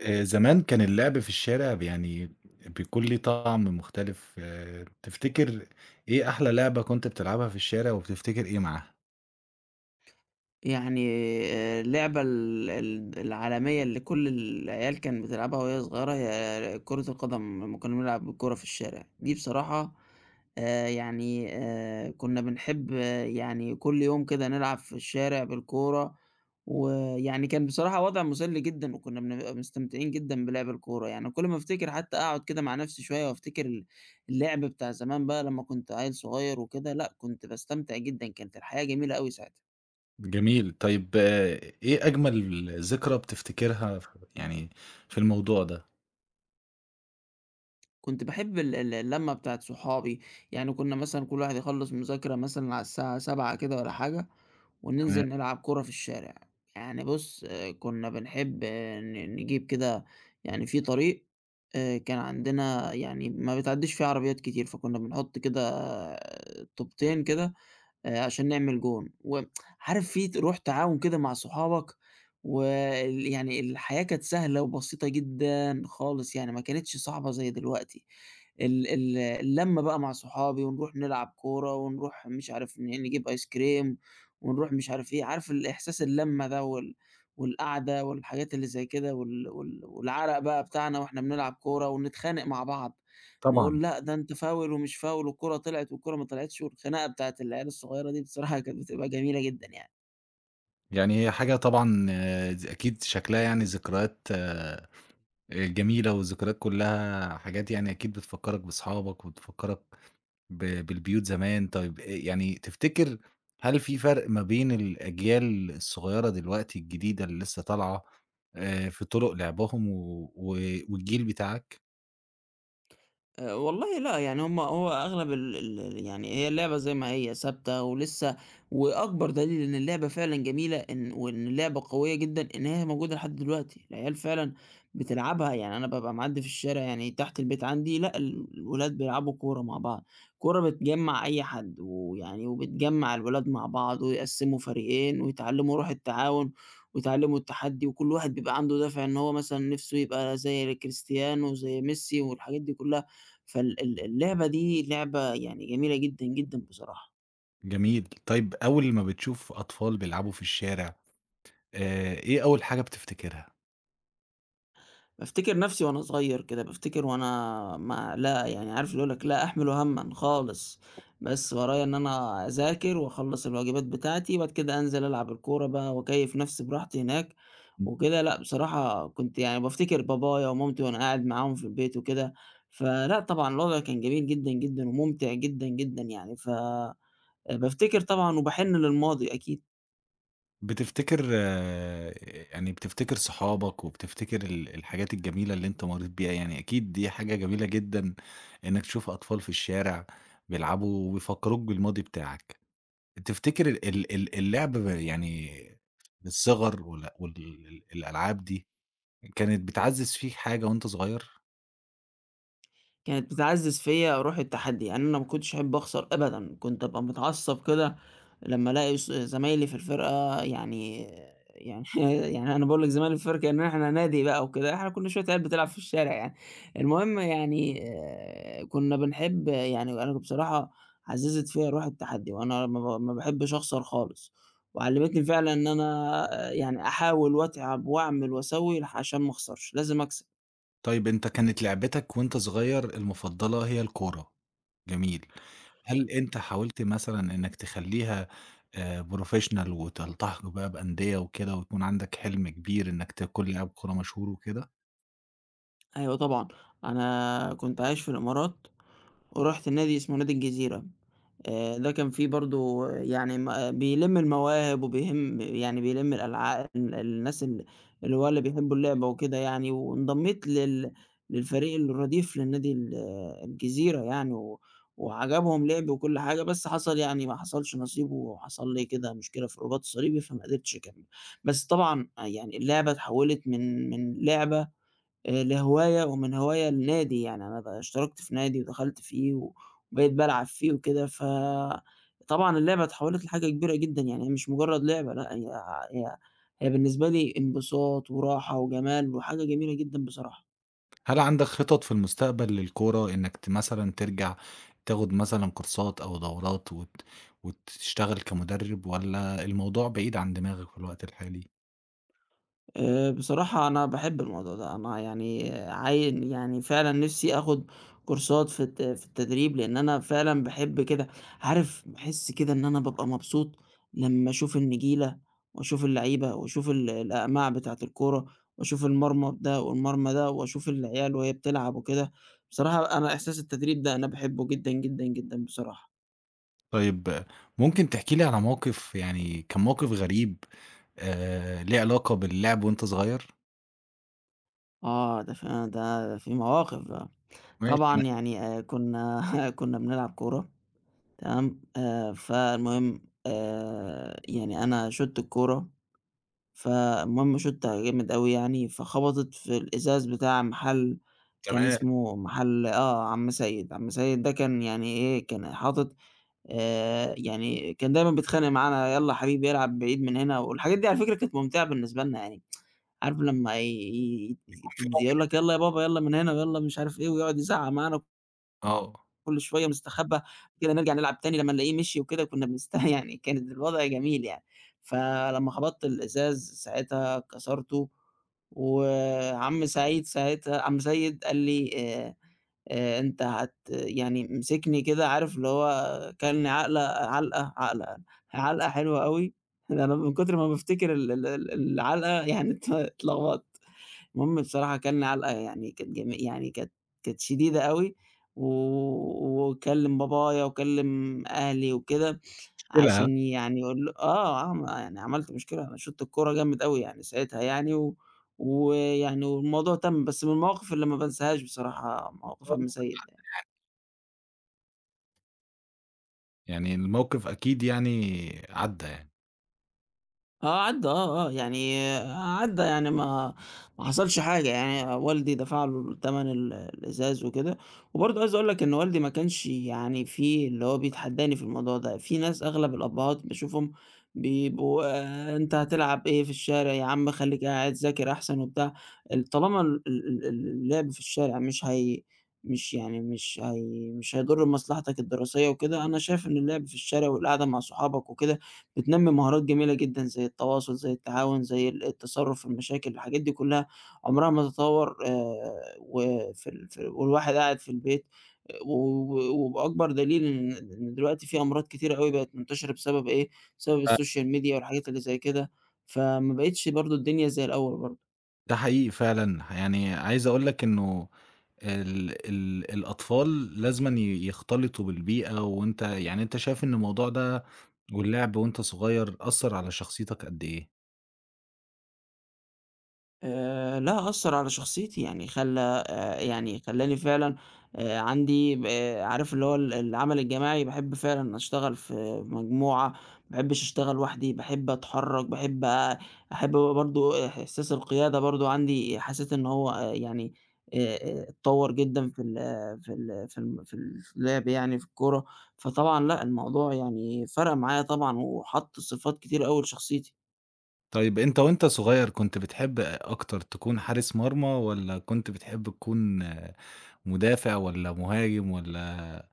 زمان كان اللعب في الشارع ب يعني بيكون ليه طعم مختلف، آه، تفتكر إيه أحلى لعبة كنت بتلعبها في الشارع وبتفتكر إيه معاها؟ يعني اللعبة ال ال العالمية اللي كل العيال كانت بتلعبها وهي صغيرة هي كرة القدم، لمّا كنا بنلعب الكورة في الشارع، دي بصراحة كنا بنحب كل يوم كده نلعب في الشارع بالكورة، كان بصراحة وضع مسلي جدًا وكنا بنبقى مستمتعين جدًا بلعب الكورة، يعني كل ما أفتكر حتى أقعد كده مع نفسي شوية وأفتكر اللعب بتاع زمان بقى لمّا كنت عيل صغير وكده، لأ كنت باستمتع جدًا، كانت الحياة جميلة أوي ساعتها. جميل، طيب آه، إيه أجمل ذكرى بتفتكرها يعني في الموضوع ده؟ كنت باحب ال ال اللمة بتاعة صحابي، يعني كنا مثلًا كل واحد يخلّص مذاكرة مثلًا على الساعة 19:00 كده والّا حاجة، تمام، وننزل نلعب كورة في الشارع. يعني بُص، كنا بنحب، آه، ن نجيب كده يعني في طريق، كان عندنا يعني ما بتعدّيش فيه عربيات كتير، فكنا بنحط كده طوبتين كده عشان نعمل جون، وعارف في ت روح تعاون كده مع صحابك، وال يعني الحياة كانت سهلة وبسيطة جدًا خالص، يعني ما كانتش صعبة زي دلوقتي. ال ال اللمة بقى مع صحابي ونروح نلعب كورة، ونروح مش عارف نجيب آيس كريم، ونروح مش عارف إيه، عارف الإحساس اللمة ده والقعدة والحاجات اللي زي كده والعرق بقى بتاعنا وإحنا بنلعب كورة ونتخانق مع بعض، طبعًا، نقول لأ ده أنت فاول ومش فاول والكورة طلعت والكورة ما طلعتش، والخناقة بتاعة العيال الصغيرة دي بصراحة كانت بتبقى جميلة جدًا يعني. يعني هي حاجة طبعًا آه، أكيد شكلها يعني ذكريات آه، جميلة والذكريات كلها حاجات يعني أكيد بتفكّرك باصحابك وتفكّرك بالبيوت زمان، طيب يعني تفتكر هل في فرق ما بين الأجيال الصغيرة دلوقتي الجديدة اللي لسه طالعة في طُرق لعبهم و والجيل بتاعك؟ والله لأ، يعني هم هو أغلب ال ال يعني هي اللعبة زي ما هي ثابتة ولسه، وأكبر دليل إن اللعبة فعلًا جميلة إن وإن اللعبة قوية جدًا إن هي موجودة لحد دلوقتي، العيال فعلًا بتلعبها، يعني أنا بابقى معدّي في الشارع يعني تحت البيت عندي لأ، الولاد بيلعبوا كورة مع بعض، كورة بتجمّع أي حد، ويعني وبتجمّع الولاد مع بعض ويقسّموا فريقين ويتعلّموا روح التعاون ويتعلّموا التحدّي، وكل واحد بيبقى عنده دافع إن هو مثلًا نِفْسه يبقى زي كريستيانو، زي ميسي والحاجات دي كلّها. فال ال اللعبة دي لعبة يعني جميلة جدًا، جدًا بصراحة. جميل، طيب أول ما بتشوف أطفال بيلعبوا في الشارع إيه أول حاجة بتفتكرها؟ بافتكر نفسي وأنا صغير كده، بافتكر وأنا ما لأ يعني عارف اللي يقول لك لا أحمل همًا خالص، بس ورايا إن أنا أذاكر وأخلّص الواجبات بتاعتي، وبعد كده أنزل ألعب الكورة بقى وأكيّف نفسي براحتي هناك وكده. لأ بصراحة كنت يعني بافتكر بابايا ومامتي وأنا قاعد معاهم في البيت وكده، فلأ طبعًا الوضع كان جميل جدًا، جدًا وممتع جدًا، جدًا يعني، بافتكر طبعًا وباحن للماضي أكيد. بتفتكر آه، يعني بتفتكر صحابك وبتفتكر الحاجات الجميلة اللي أنت مرّيت بيها، يعني أكيد دي حاجة جميلة جدًا إنّك تشوف أطفال في الشارع بيلعبوا وبيفكّروك بالماضي بتاعك. تفتكر ال ال ال اللعب يعني من الصغر وال وال الألعاب دي كانت بتعزّز فيك حاجة وأنت صغير؟ كانت بتعزّز فيّا روح التحدّي، يعني أنا ما كنتش أحب أخسر أبدًا، كنت أبقى متعصّب كده لمّا ألاقي زمايلي في الفرقة يعني، يعني يعني أنا باقول لك زمايلي في الفرقة كإن إحنا نادي بقى وكده، إحنا كُنّا شوية عيال بتلعب في الشارع يعني، المهم يعني كُنّا بنحب يعني أنا بصراحة عزّزت فيّا روح التحدّي، وأنا ما باحبش أخسر خالص، وعلّمتني فعلًا إن أنا يعني أحاول وأتعب وأعمل وأسوّي عشان ما أخسرش، لازم أكسب. طيب أنت كانت لعبتك وأنت صغير المفضلة هي الكورة، جميل. هل أنت حاولت مثلًا إنك تخلّيها professional وتلتحق بقى بأندية وكده ويكون عندك حلم كبير إنك تكون لاعب كورة مشهور وكده؟ أيوه طبعًا، أنا كنت عايش في الإمارات، ورُحت نادي اسمه نادي الجزيرة، ده كان فيه برضه يعني بيلِم المواهب وبيهم يعني بيلِم الألعا ال الناس اللي هو اللي بيحبوا اللعبة وكده يعني، وانضميت للفريق الرديف للنادي ال آه، الجزيرة يعني، وعجبهم لعبي وكل حاجة، بس حصل يعني ما حصلش نصيب وحصل لي كده مشكلة في الرباط الصليبي، فما قدرتش أكمّل. بس طبعًا آه، يعني اللعبة اتحوّلت من لعبة لهواية ومن هواية لنادي، يعني أنا ب اشتركت في نادي ودخلت فيه وبقيت بالعب فيه وكده، طبعًا اللعبة اتحولت لحاجة كبيرة جدًا، يعني هي مش مجرّد لعبة لأ، هي هي بالنسبة لي انبساط وراحة وجمال وحاجة جميلة جدًا بصراحة. هل عندك خطط في المستقبل للكورة إنك مثلًا ترجع تاخد مثلًا كورسات أو دورات وتشتغل كمدرب والّا الموضوع بعيد عن دماغك في الوقت الحالي؟ بصراحة أنا باحب الموضوع ده، أنا يعني يعني فعلًا نِفْسي آخُد كورسات في التدريب، لإن أنا فعلًا باحب كده، عارف باحس كده إن أنا بابقى مبسوط لمّا أشوف النجيلة وأشوف اللعيبة وأشوف الأقماع بتاعة الكورة وأشوف المرمى ده والمرمى ده وأشوف العيال وهي بتلعب وكده، بصراحة أنا إحساس التدريب ده أنا باحبه جدًا، جدًا، جدًا بصراحة. طيب ممكن تحكي لي على موقف يعني كان موقف غريب ليه علاقة باللعب وأنت صغير؟ آه، ده في مواقف بقى، ماشي. طبعًا يعني كُنّا كُنّا بنلعب كورة تمام، فالمهم يعني أنا شُطت الكورة، فالمهم شُطها جامد أوي يعني، فخبطت في الإزاز بتاع محل كان تمام. اسمه محل آه، عم سيد، عم سيد ده كان يعني إيه، كان حاطط يعني كان دايمًا بيتخانق معانا: "يالّا حبيبي العب بعيد من هنا." والحاجات دي على فكرة كانت ممتعة بالنسبة لنا يعني، عارف لمّا ي ي في يقول لك: "يالّا يا بابا، يالّا من هنا، ويالّا مش عارف إيه." ويقعد يزعق معانا آه، كل شوية مستخبى، كده نرجع نلعب تاني لمّا نلاقيه مشي وكده كنا بنست يعني كانت الوضع جميل يعني، فلمّا خبطت الإزاز ساعتها كسرته، وعم سعيد ساعتها عم سيد قال لي أنت يعني مسكني كده عارف اللي هو كَلني عَقلة علقة عقلة علقة حلوة أوي، ده أنا من كتر ما بافتكر ال ال ال العلقة يعني اتلخبطت. المهم بصراحة كَلنا علقة يعني كانت جمي يعني كانت كانت شديدة أوي، و وكلّم بابايا وكلّم أهلي وكده، مشكلة ها؟ عشان يعني يقول له آه، آه، ما يعني عملت مشكلة، أنا شُطت الكورة جامد أوي يعني ساعتها يعني، ويعني والموضوع تَم، بس من المواقف اللي ما بانساهاش بصراحة مواقف عم سيد. يعني الموقف أكيد يعني عدّى يعني. آه عدّى آه، آه، يعني آه، عدّى يعني ما حصلش حاجة، يعني والدي دفع له تَمَن الإزاز وكده، وبرضه عايز أقول لك إن والدي ما كانش يعني فيه اللي هو بيتحدّاني في الموضوع ده، في ناس أغلب الأبّهات باشوفهم بيبقوا أنت هتلعب إيه في الشارع يا عم خلّيك قاعد ذاكر أحسن وبتاع، طالما ال ال ال اللعب في الشارع مش هي، مش هيضُر بمصلحتك الدراسية وكده، أنا شايف إن اللعب في الشارع والقعدة مع صحابك وكده بتنمّي مهارات جميلة جدًا زي التواصل، زي التعاون، زي التصرُّف في المشاكل، الحاجات دي كلّها عمرها ما تتطوّر وفي ال في والواحد قاعد في البيت و و- وبأكبر دليل إن دلوقتي في أمراض كتيرة أوي بقت منتشرة بسبب إيه، بسبب السوشيال ميديا والحاجات اللي زي كده، فما بقِتش برضه الدنيا زي الأول برضه. ده حقيقي فعلًا، يعني عايز أقول لك إنه ال ال الأطفال لازمًا يختلطوا بالبيئة، وأنت يعني أنت شايف إن الموضوع ده واللعب وأنت صغير أثّر على شخصيتك قد إيه؟ لأ، أثّر على شخصيتي، يعني خلّى يعني خلّاني فعلًا عندي ب آه، عارف اللي هو العمل الجماعي، باحب فعلًا أشتغل في مجموعة، ما باحبّش أشتغل لوحدي، باحب أتحرّك، باحب أ أحب برضه إحساس القيادة برضه عندي، حسيت إن هو اتطوّر جدًا في اللعب يعني في الكورة، فطبعًا لأ، الموضوع يعني فرَق معايا طبعًا وحَط صفات كتيرة أوي لشخصيتي. طيب أنت وأنت صغير كنت بتحب أكتر تكون حارس مرمى، والّا كنت بتحب تكون آه، مدافع والّا مهاجم والّا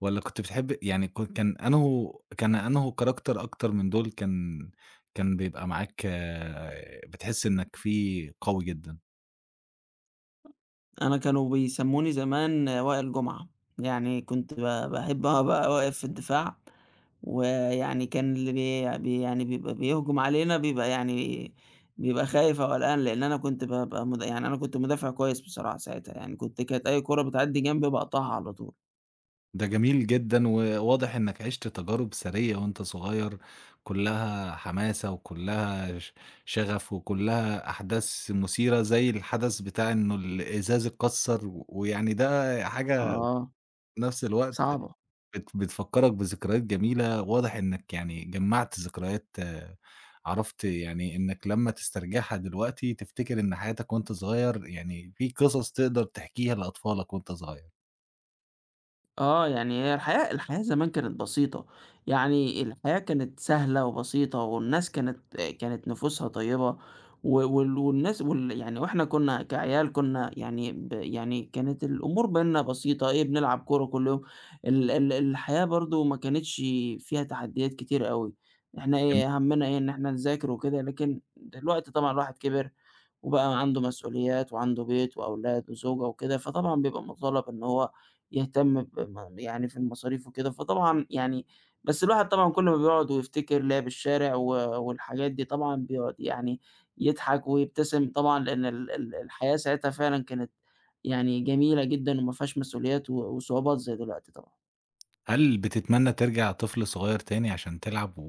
والّا كنت بتحب يعني كن كان أنهو كان أنهو كاركتر أكتر من دول كان بيبقى معاك آه، بتحس إنك فيه قوي جدًا؟ أنا كانوا بيسمّوني زمان وائل جمعة، يعني كنت ب باحب أبقى واقف في الدفاع، ويعني كان اللي بي بي يعني بيبقى بيهجم علينا بيبقى يعني بيبقى خايف أو قلقان، لإن أنا كنت بابقى مد يعني أنا كنت مدافع كويس بصراحة ساعتها، يعني كانت أي كورة بتعدّي جنبي باقطعها على طول. ده جميل جدًا، وواضح إنك عِشت تجارب ثرية وأنت صغير، كلّها حماسة وكلّها شغف وكلّها أحداث مثيرة، زي الحدث بتاع إنه الإزاز اتكسّر، ويعني ده حاجة آه، في نفس الوقت صعبة. بتفكّرك بذكريات جميلة، واضح إنك يعني جمّعت ذكريات آه، عرفت يعني إنك لمّا تسترجعها دلوقتي تفتكر إن حياتك وأنت صغير يعني في قصص تقدر تحكيها لأطفالك وأنت صغير. آه، يعني هي الحياة زمان كانت بسيطة، يعني الحياة كانت سهلة وبسيطة والناس كانت نفوسها طيبة و وال والناس وال يعني وإحنا كنا كعيال كنا يعني ب يعني كانت الأمور بيننا بسيطة، إيه بنلعب كورة كل يوم، ال ال الحياة برضه ما كانتش فيها تحديات كتير أوي، إحنا إيه هَمّنا إيه إن إحنا نذاكر وكده، لكن دلوقتي طبعًا الواحد كبر وبقى عنده مسؤوليات وعنده بيت وأولاد وزوجة وكده، فطبعًا بيبقى مُطالب إن هو يهتم ب م يعني في المصاريف وكده، فطبعًا يعني بس الواحد طبعًا كل ما بيقعد ويفتكر لعب الشارع والحاجات دي طبعًا بيقعد يعني يضحك ويبتسم طبعًا، لإن ال ال الحياة ساعتها فعلًا كانت يعني جميلة جدًا وما فيهاش مسؤوليات وصعوبات زي دلوقتي طبعًا. هل بتتمنى ترجع طفل صغير تاني عشان تلعب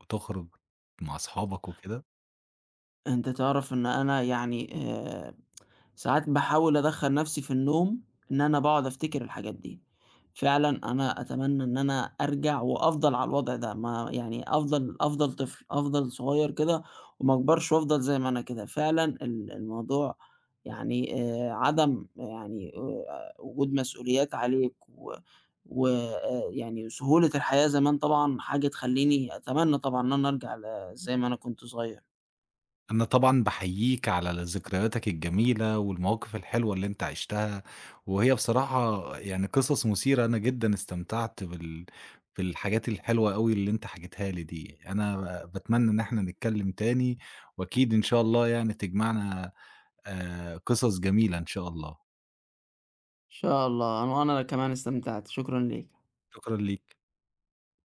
وتخرج مع أصحابك وكده؟ أنت تعرف إن أنا يعني ساعات باحاول أدخّل نَفْسي في النوم، إن أنا باقعد أفتكر الحاجات دي. فعلًا أنا أتمنى إن أنا أرجع وأفضل على الوضع ده، ما يعني أفضل طفل، أفضل صغير كده وما أكبرش وأفضل زي ما أنا كده. فعلًا الموضوع يعني عدم يعني وجود مسؤوليات عليك و و يعني سهولة الحياة زمان طبعًا حاجة تخلّيني أتمنى طبعًا إن أنا أرجع زي ما أنا كنت صغير. أنا طبعًا باحييك على ذكرياتك الجميلة والمواقف الحلوة اللي أنت عِشتها، وهي بصراحة يعني قصص مثيرة، أنا جدًا استمتعت بالحاجات الحلوة أوي اللي أنت حكيتها لي دي. أنا باتمنى إن إحنا نتكلم تاني، وأكيد إن شاء الله يعني تجمعنا قصص جميلة إن شاء الله. إن شاء الله، أنا وأنا كمان استمتعت، شكرًا ليك. شكرًا ليك.